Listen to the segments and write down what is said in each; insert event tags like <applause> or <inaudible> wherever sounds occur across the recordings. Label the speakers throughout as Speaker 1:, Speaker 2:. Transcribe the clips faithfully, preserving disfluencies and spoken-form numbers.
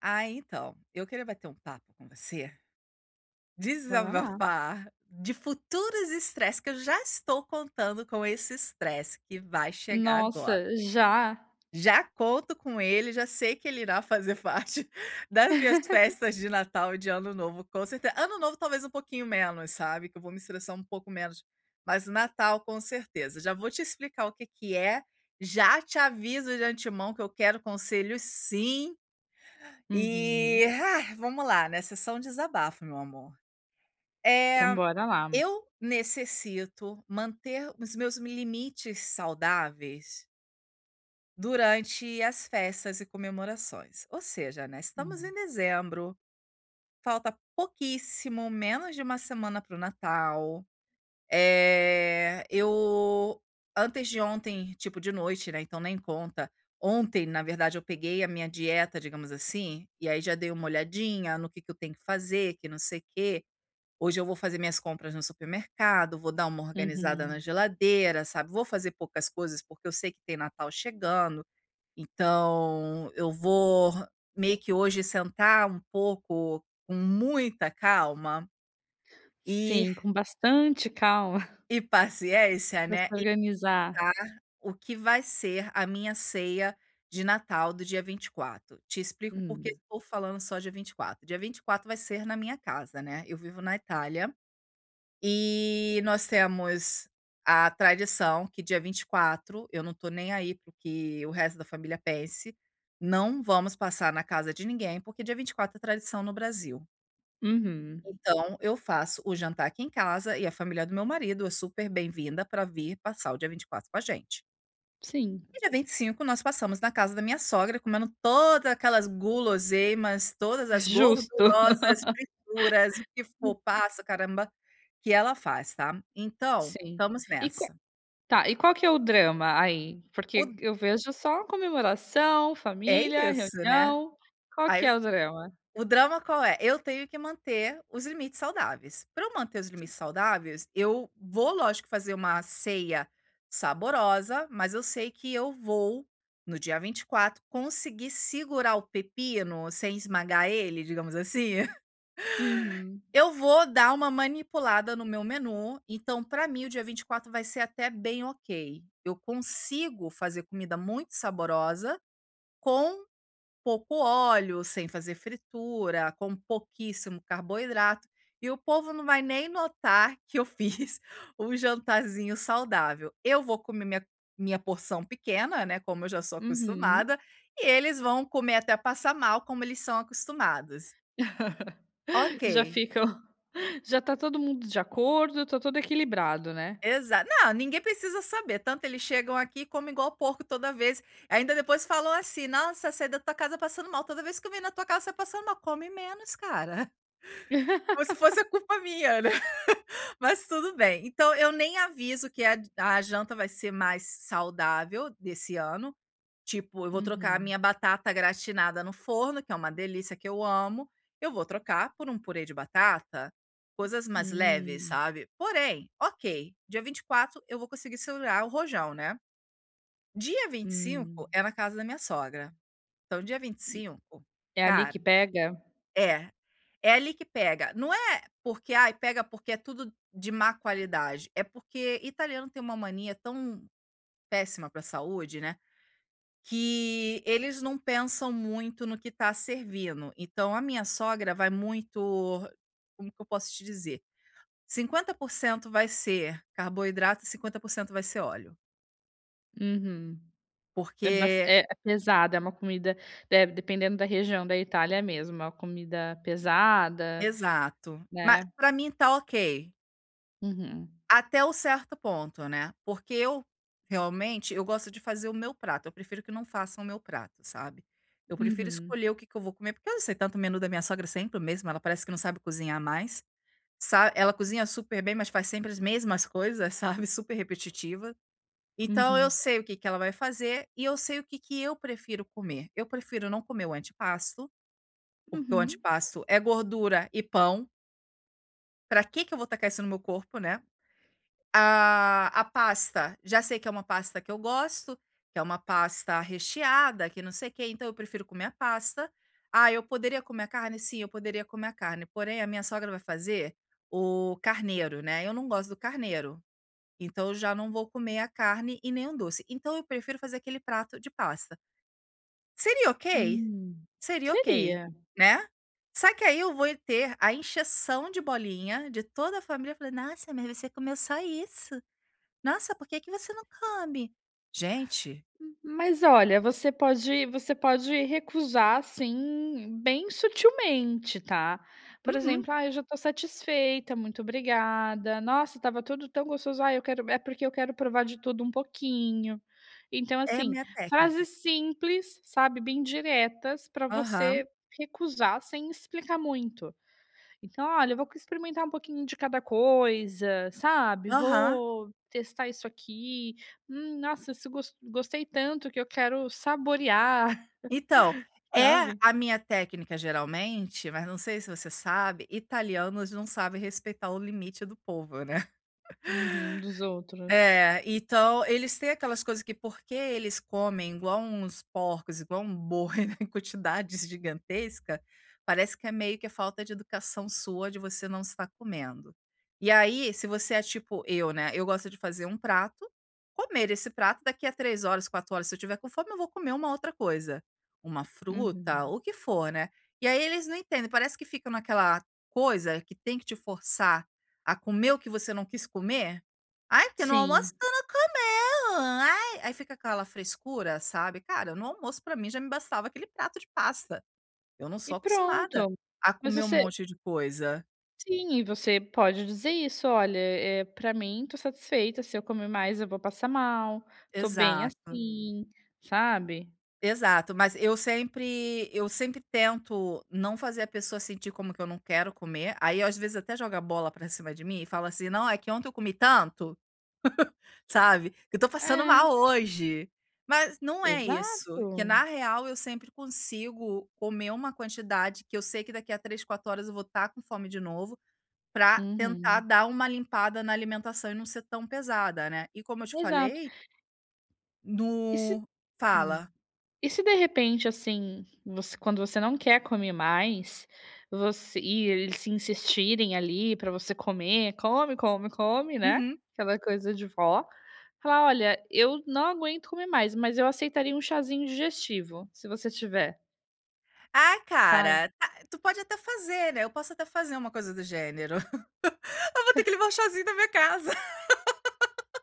Speaker 1: Ah, então, eu queria bater um papo com você,
Speaker 2: Bora lá.
Speaker 1: desabafar de futuros estresses que eu já estou contando com esse estresse que vai chegar agora.
Speaker 2: Nossa, já?
Speaker 1: Já conto com ele, já sei que ele irá fazer parte <laughs> das minhas
Speaker 2: <laughs>
Speaker 1: festas de Natal e de Ano Novo, com certeza. Ano Novo talvez um pouquinho menos, sabe, que eu vou me estressar um pouco menos, mas Natal com certeza. Já vou te explicar o que que é, já te aviso de antemão que eu quero conselhos sim e,
Speaker 2: Uhum.
Speaker 1: ah, vamos lá, né, sessão desabafo, meu amor. É,
Speaker 2: Então bora lá.
Speaker 1: eu necessito manter os meus limites saudáveis durante as festas e comemorações. Ou seja, né, estamos em
Speaker 2: Hum.
Speaker 1: dezembro, falta pouquíssimo, menos de uma semana para o Natal. Eh, eu antes de ontem, tipo, de noite, né, então nem conta. Ontem, na verdade, eu peguei a minha dieta, digamos assim, e aí já dei uma olhadinha no que que eu tenho que fazer, que não sei o quê. Hoje eu vou fazer minhas compras no supermercado, vou dar uma organizada na
Speaker 2: Uhum.
Speaker 1: geladeira, sabe, vou fazer poucas coisas, porque eu sei que tem Natal chegando, então eu vou meio que hoje sentar um pouco com muita calma e
Speaker 2: Sim, com bastante calma <laughs>
Speaker 1: e paciência,
Speaker 2: para se
Speaker 1: né,
Speaker 2: organizar.
Speaker 1: o que vai ser a minha ceia de Natal do dia vinte e quatro? Te explico porque
Speaker 2: Hum.
Speaker 1: estou falando só dia vinte e quatro. Dia vinte e quatro vai ser na minha casa, né, eu vivo na Itália, e nós temos a tradição que dia vinte e quatro eu não estou nem aí para que o resto da família pense, não vamos passar na casa de ninguém, porque dia vinte e quatro é tradição no Brasil.
Speaker 2: Uhum.
Speaker 1: Então eu faço o jantar aqui em casa e a família do meu marido é super bem-vinda para vir passar o dia vinte e quatro com a gente.
Speaker 2: Sim,
Speaker 1: E dia vinte e cinco nós passamos na casa da minha sogra, comendo todas aquelas guloseimas, todas as
Speaker 2: justo. <laughs>
Speaker 1: gordurosas frituras, o que for, passa, caramba, que ela faz, tá. Então,
Speaker 2: Sim.
Speaker 1: estamos
Speaker 2: E qua
Speaker 1: nessa.
Speaker 2: tá, e qual que é o drama aí?
Speaker 1: O
Speaker 2: Porque eu vejo só comemoração,
Speaker 1: É
Speaker 2: família,
Speaker 1: isso, né.
Speaker 2: reunião. Qual que
Speaker 1: Aí,
Speaker 2: é o drama?
Speaker 1: O drama qual é? Eu tenho que manter os limites saudáveis. Para eu manter os limites saudáveis, eu vou, lógico, fazer uma ceia saborosa, mas eu sei que eu vou, no dia vinte e quatro conseguir segurar o pepino sem esmagar ele, digamos assim. <laughs>
Speaker 2: Uhum,
Speaker 1: Eu vou dar uma manipulada no meu menu, então para mim o dia vinte e quatro vai ser até bem ok. Eu consigo fazer comida muito saborosa com pouco óleo, sem fazer fritura, com pouquíssimo carboidrato, e o povo não vai nem notar que eu fiz <laughs> um jantarzinho saudável. Eu vou comer minha, minha porção pequena, né, como eu já sou
Speaker 2: uhum.
Speaker 1: acostumada, e eles vão comer até passar mal, como eles são acostumados.
Speaker 2: <laughs>
Speaker 1: Ok.
Speaker 2: Já ficam Já tá todo mundo de acordo, tá todo equilibrado, né.
Speaker 1: Exato. Não, ninguém precisa saber. Tanto eles chegam aqui e comem igual porco toda vez. Ainda depois falam assim: nossa, saí da tua casa passando mal. Toda vez que eu venho na tua casa, você tá passando mal. Come menos, cara. Como se fosse a culpa minha, né. <laughs> Mas tudo bem. Então eu nem aviso que a a janta vai ser mais saudável desse ano, tipo, eu vou trocar a
Speaker 2: Uhum.
Speaker 1: minha batata gratinada no forno, que é uma delícia, que eu amo, eu vou trocar por um purê de batata, coisas mais leves,
Speaker 2: Hum,
Speaker 1: sabe. Porém, ok, dia vinte e quatro eu vou conseguir segurar o rojão, né. Dia vinte e
Speaker 2: hum.
Speaker 1: cinco é na casa da minha sogra, então dia vinte e
Speaker 2: E
Speaker 1: cinco,
Speaker 2: é ali
Speaker 1: cara,
Speaker 2: que pega?
Speaker 1: é. É ali que pega. Não é porque, ai, pega porque é tudo de má qualidade, é porque italiano tem uma mania tão péssima para a saúde, né, que eles não pensam muito no que está servindo. Então a minha sogra vai muito, como que eu posso te dizer? cinquenta por cento vai ser carboidrato e cinquenta por cento vai ser óleo,
Speaker 2: Uhum. É bass
Speaker 1: porque
Speaker 2: é é pesada, é uma comida de dependendo da região da Itália mesmo, é uma comida pesada,
Speaker 1: exato. Mas
Speaker 2: né.
Speaker 1: para mim tá ok.
Speaker 2: Uhum,
Speaker 1: Até o certo ponto, né, porque eu, realmente, eu gosto de fazer o meu prato, eu prefiro que não façam o meu prato, sabe. Eu prefiro
Speaker 2: uhum,
Speaker 1: escolher o que que eu vou comer, porque eu não sei, tanto o menu da minha sogra é sempre o mesmo, ela parece que não sabe cozinhar mais, sa ela cozinha super bem, mas faz sempre as mesmas coisas, <laughs> sabe, super repetitiva. Então eu
Speaker 2: uhum,
Speaker 1: sei o que que ela vai fazer e eu sei o que que eu prefiro comer. Eu prefiro não comer o antipasto, porque o
Speaker 2: uhum.
Speaker 1: antipasto é gordura e pão, pra que que eu vou tacar isso no meu corpo, né. A a pasta, já sei que é uma pasta que eu gosto, que é uma pasta recheada, que não sei o quê, então eu prefiro comer a pasta. Ah, eu poderia comer a carne? Sim, eu poderia comer a carne, porém a minha sogra vai fazer o carneiro, né, eu não gosto do carneiro, então eu já não vou comer a carne e nem o doce, então eu prefiro fazer aquele prato de pasta. Seria ok?
Speaker 2: Hum.
Speaker 1: Seria ok,
Speaker 2: Seria.
Speaker 1: né. Só que aí eu vou ter a encheção de bolinha de toda a família. Eu falei: "Nossa, mas você comeu só isso?". "Nossa, por que que você não come?" Gente.
Speaker 2: Mas olha, você pode você pode recusar, assim, bem sutilmente, tá. Por
Speaker 1: Uhum.
Speaker 2: exemplo: "Ah, eu já estou satisfeita, muito obrigada. Nossa, estava tudo tão gostoso. Ah, eu quero é porque eu quero provar de tudo um pouquinho". Então,
Speaker 1: É a
Speaker 2: assim,
Speaker 1: minha técnica.
Speaker 2: frases simples, sabe, bem diretas para
Speaker 1: Aham,
Speaker 2: você recusar sem explicar muito. Então: "Olha, eu vou experimentar um pouquinho de cada coisa", sabe,
Speaker 1: aham.
Speaker 2: "Vou testar isso aqui. Hum, nossa, isso gos gostei tanto que eu quero saborear", <laughs>
Speaker 1: Então, é
Speaker 2: sabe.
Speaker 1: a minha técnica geralmente, mas não sei se você sabe, italianos não sabem respeitar o limite do povo, né.
Speaker 2: Uhum, dos outros.
Speaker 1: É, então eles têm aquelas coisas que porque eles comem igual uns porcos, igual um boi, né, em quantidades gigantesca, parece que é meio que a falta de educação sua de você não estar comendo. E aí, se você é tipo eu, né, eu gosto de fazer um prato, comer esse prato, daqui a três horas, quatro horas, se eu tiver com fome, eu vou comer uma outra coisa, uma fruta,
Speaker 2: Uhum.
Speaker 1: o que for, né. E aí eles não entendem, parece que ficam naquela coisa que tem que te forçar a comer o que você não quis comer. Ai, porque no almoço
Speaker 2: Sim.
Speaker 1: tu não comeu, ai, aí fica aquela frescura, sabe. Cara, no almoço pra mim já me bastava aquele prato de pasta, eu não
Speaker 2: E
Speaker 1: sou acostumada
Speaker 2: pronto.
Speaker 1: a
Speaker 2: Mas
Speaker 1: comer um
Speaker 2: você
Speaker 1: monte de coisa.
Speaker 2: Sim, você pode dizer isso: "Olha, eh, pra mim, tô satisfeita. Se eu comer mais, eu vou passar mal. Tô bem
Speaker 1: Exato,
Speaker 2: assim", sabe.
Speaker 1: exato, mas eu sempre eu sempre tento não fazer a pessoa sentir como que eu não quero comer, aí às vezes até joga a bola pra cima de mim e fala assim: "Não, é que ontem eu comi tanto". Sabe, que eu tô passando
Speaker 2: É,
Speaker 1: mal hoje, mas não é isso,
Speaker 2: exato.
Speaker 1: que na real eu sempre consigo comer uma quantidade que eu sei que daqui a três, quatro horas eu vou estar com fome de novo, pra tentar
Speaker 2: Uhum.
Speaker 1: dar uma limpada na alimentação e não ser tão pesada, né. E como eu te
Speaker 2: Exato.
Speaker 1: falei,
Speaker 2: E se
Speaker 1: no
Speaker 2: hum.
Speaker 1: fala.
Speaker 2: E se de repente, assim, você quando você não quer comer mais, você e eles se insistirem ali pra você comer, come, come, come, né,
Speaker 1: Uhum.
Speaker 2: aquela coisa de vó, falar: "Olha, eu não aguento comer mais, mas eu aceitaria um chazinho digestivo, se você tiver",
Speaker 1: "Ah,
Speaker 2: sabe.
Speaker 1: cara, tá, tu pode até fazer, né", eu posso até fazer uma coisa do gênero. <laughs> Eu vou ter que levar o chazinho da minha casa. <laughs>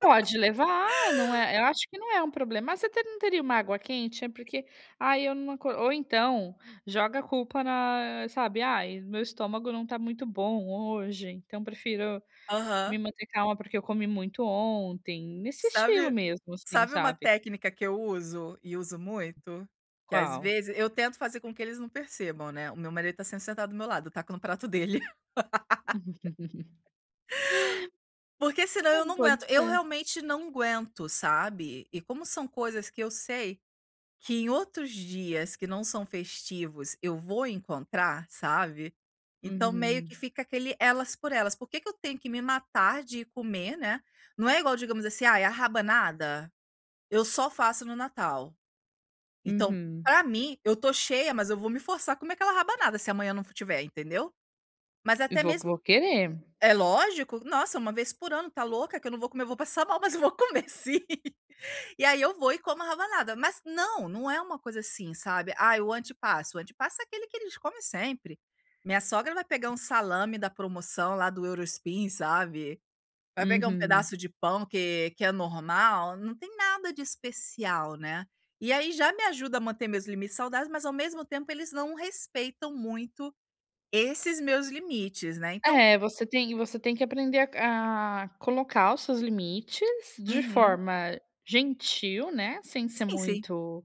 Speaker 2: Pode levar, não é eu acho que não é um problema. Mas você te não teria uma água quente? É porque: "Ai, eu não aco" ou então joga a culpa na, sabe: "Ai, meu estômago não tá muito bom hoje, então prefiro
Speaker 1: Aham.
Speaker 2: me manter calma, porque eu comi muito ontem, nesse estilo
Speaker 1: Sabe
Speaker 2: mesmo, assim,
Speaker 1: sabe uma
Speaker 2: sabe.
Speaker 1: técnica que eu uso e uso muito? Que às
Speaker 2: Qual?
Speaker 1: vezes eu tento fazer com que eles não percebam, né, o meu marido tá sempre sentado do meu lado, eu com o prato dele. <laughs> Porque senão
Speaker 2: É,
Speaker 1: eu
Speaker 2: <laughs>
Speaker 1: não
Speaker 2: pode
Speaker 1: aguento, eu
Speaker 2: ser.
Speaker 1: realmente não aguento, sabe. E como são coisas que eu sei que em outros dias que não são festivos eu vou encontrar, sabe. Então meio que
Speaker 2: Uhum,
Speaker 1: fica aquele elas por elas, por que que eu tenho que me matar de comer, né. Não é igual, digamos assim, ai a rabanada, eu só faço no Natal. Então,
Speaker 2: uhum.
Speaker 1: pra mim, eu tô cheia, mas eu vou me forçar a comer aquela rabanada se amanhã não tiver, entendeu? Mas
Speaker 2: Eu
Speaker 1: até
Speaker 2: Vou
Speaker 1: mesmo
Speaker 2: Vou querer.
Speaker 1: é lógico, nossa, uma vez por ano, tá louca que eu não vou comer, eu vou passar mal, <laughs> mas eu vou comer sim. <laughs> E aí eu vou e como a rabanada. Mas não, não é uma coisa assim, sabe? Ai, o antepasso. O antepasso é aquele que eles comem sempre. Minha sogra vai pegar um salame da promoção lá do Eurospin, sabe? Vai pegar um
Speaker 2: Uhum.
Speaker 1: pedaço de pão que que é normal, não tem nada de especial, né. E aí já me ajuda a manter meus limites saudáveis, mas ao mesmo tempo eles não respeitam muito esses meus limites, né, então.
Speaker 2: É, você tem você tem que aprender a a colocar os seus limites de
Speaker 1: Uhum.
Speaker 2: forma gentil, né, sem ser
Speaker 1: Sim, sim.
Speaker 2: muito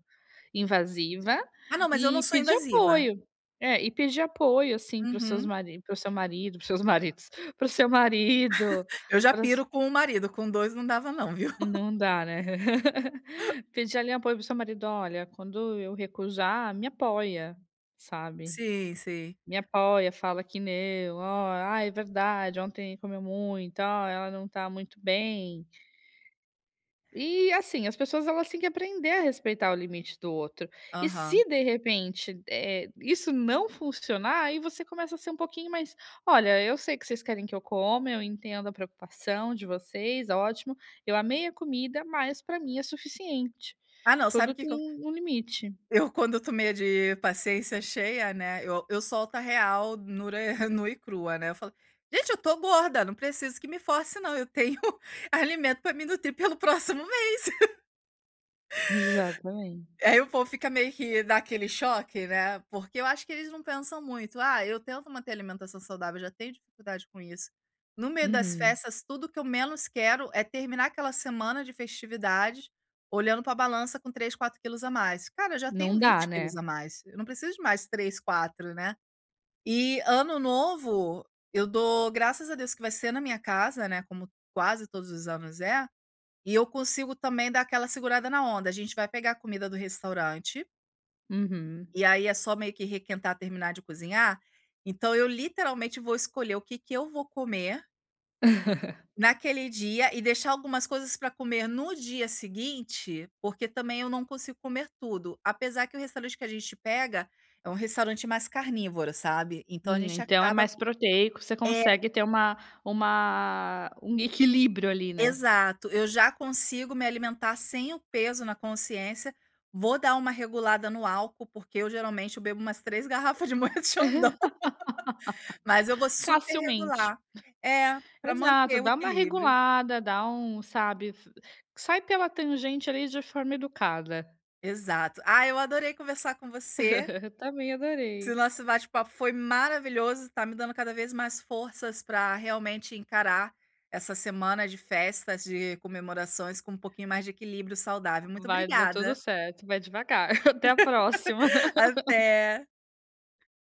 Speaker 2: invasiva,
Speaker 1: Ah, não, mas eu não
Speaker 2: e
Speaker 1: sou
Speaker 2: pedir
Speaker 1: invasiva.
Speaker 2: apoio. É, e pedir apoio, assim, para os seus
Speaker 1: Uhum.
Speaker 2: marido para o seu marido para os seus maridos, <laughs> para o seu marido.
Speaker 1: Eu já piro com o marido, com dois não dava não, viu. <laughs>
Speaker 2: Não dá, né. <laughs> Pedir ali apoio para seu marido: "Olha, quando eu recusar, me apoia", sabe.
Speaker 1: Sim, sim.
Speaker 2: Me apoia, fala que não, "Ó, ah, é verdade, ontem comeu muito, ó, ela não tá muito bem". E assim, as pessoas elas têm que aprender a respeitar o limite do outro. E
Speaker 1: Aham.
Speaker 2: se de repente, eh, isso não funcionar, aí você começa a ser um pouquinho mais: "Olha, eu sei que vocês querem que eu coma, eu entendo a preocupação de vocês, ótimo. Eu amei a comida, mas para mim é suficiente".
Speaker 1: Ah, não, sabe o
Speaker 2: Tudo
Speaker 1: que
Speaker 2: tem
Speaker 1: que.
Speaker 2: um um limite.
Speaker 1: Eu quando eu tô meio de paciência cheia, né, eu eu solto a real nura <laughs> nua e crua, né, eu falo: "Gente, eu tô gorda, não preciso que me force não, eu tenho <laughs> alimento pra me nutrir pelo próximo mês".
Speaker 2: Exatamente.
Speaker 1: Aí o povo fica meio que dá aquele choque, né, porque eu acho que eles não pensam muito. "Ah, eu tento manter a alimentação saudável, já tenho dificuldade com isso". No meio das
Speaker 2: Uhum.
Speaker 1: festas, tudo que eu menos quero é terminar aquela semana de festividades olhando para a balança com três, quatro quilos a mais. Cara, eu já
Speaker 2: Não
Speaker 1: tenho
Speaker 2: dá,
Speaker 1: vinte quilos
Speaker 2: né.
Speaker 1: a mais, eu não preciso de mais três, quatro, né. E ano novo, eu dou graças a Deus que vai ser na minha casa, né, como quase todos os anos é, e eu consigo também dar aquela segurada na onda. A gente vai pegar a comida do restaurante
Speaker 2: Uhum.
Speaker 1: e aí é só meio que requentar, terminar de cozinhar. Então eu literalmente vou escolher o que que eu vou comer naquele dia e deixar algumas coisas para comer no dia seguinte, porque também eu não consigo comer tudo. Apesar que o restaurante que a gente pega é um restaurante mais carnívoro, sabe? Então a
Speaker 2: Hum,
Speaker 1: gente
Speaker 2: então é
Speaker 1: acaba
Speaker 2: mais proteico, você
Speaker 1: é,
Speaker 2: consegue ter uma uma um equilíbrio ali, né.
Speaker 1: exato. Eu já consigo me alimentar sem o peso na consciência. Vou dar uma regulada no álcool, porque eu geralmente eu bebo umas três <laughs> garrafas de moeda de. Mas eu vou super
Speaker 2: Facilmente.
Speaker 1: regular. É, para
Speaker 2: Exato,
Speaker 1: manter o
Speaker 2: dá uma
Speaker 1: equilíbrio.
Speaker 2: regulada, dá um, sabe, f sai pela tangente ali de forma educada.
Speaker 1: Exato. Ah, eu adorei conversar com você.
Speaker 2: <laughs> Também
Speaker 1: Esse
Speaker 2: adorei.
Speaker 1: nosso bate-papo foi maravilhoso, tá me dando cada vez mais forças para realmente encarar essa semana de festas, de comemorações com um pouquinho mais de equilíbrio saudável. Muito
Speaker 2: Vai dar tudo
Speaker 1: obrigada.
Speaker 2: certo, vai devagar. <laughs> Até a próxima.
Speaker 1: <laughs> Até.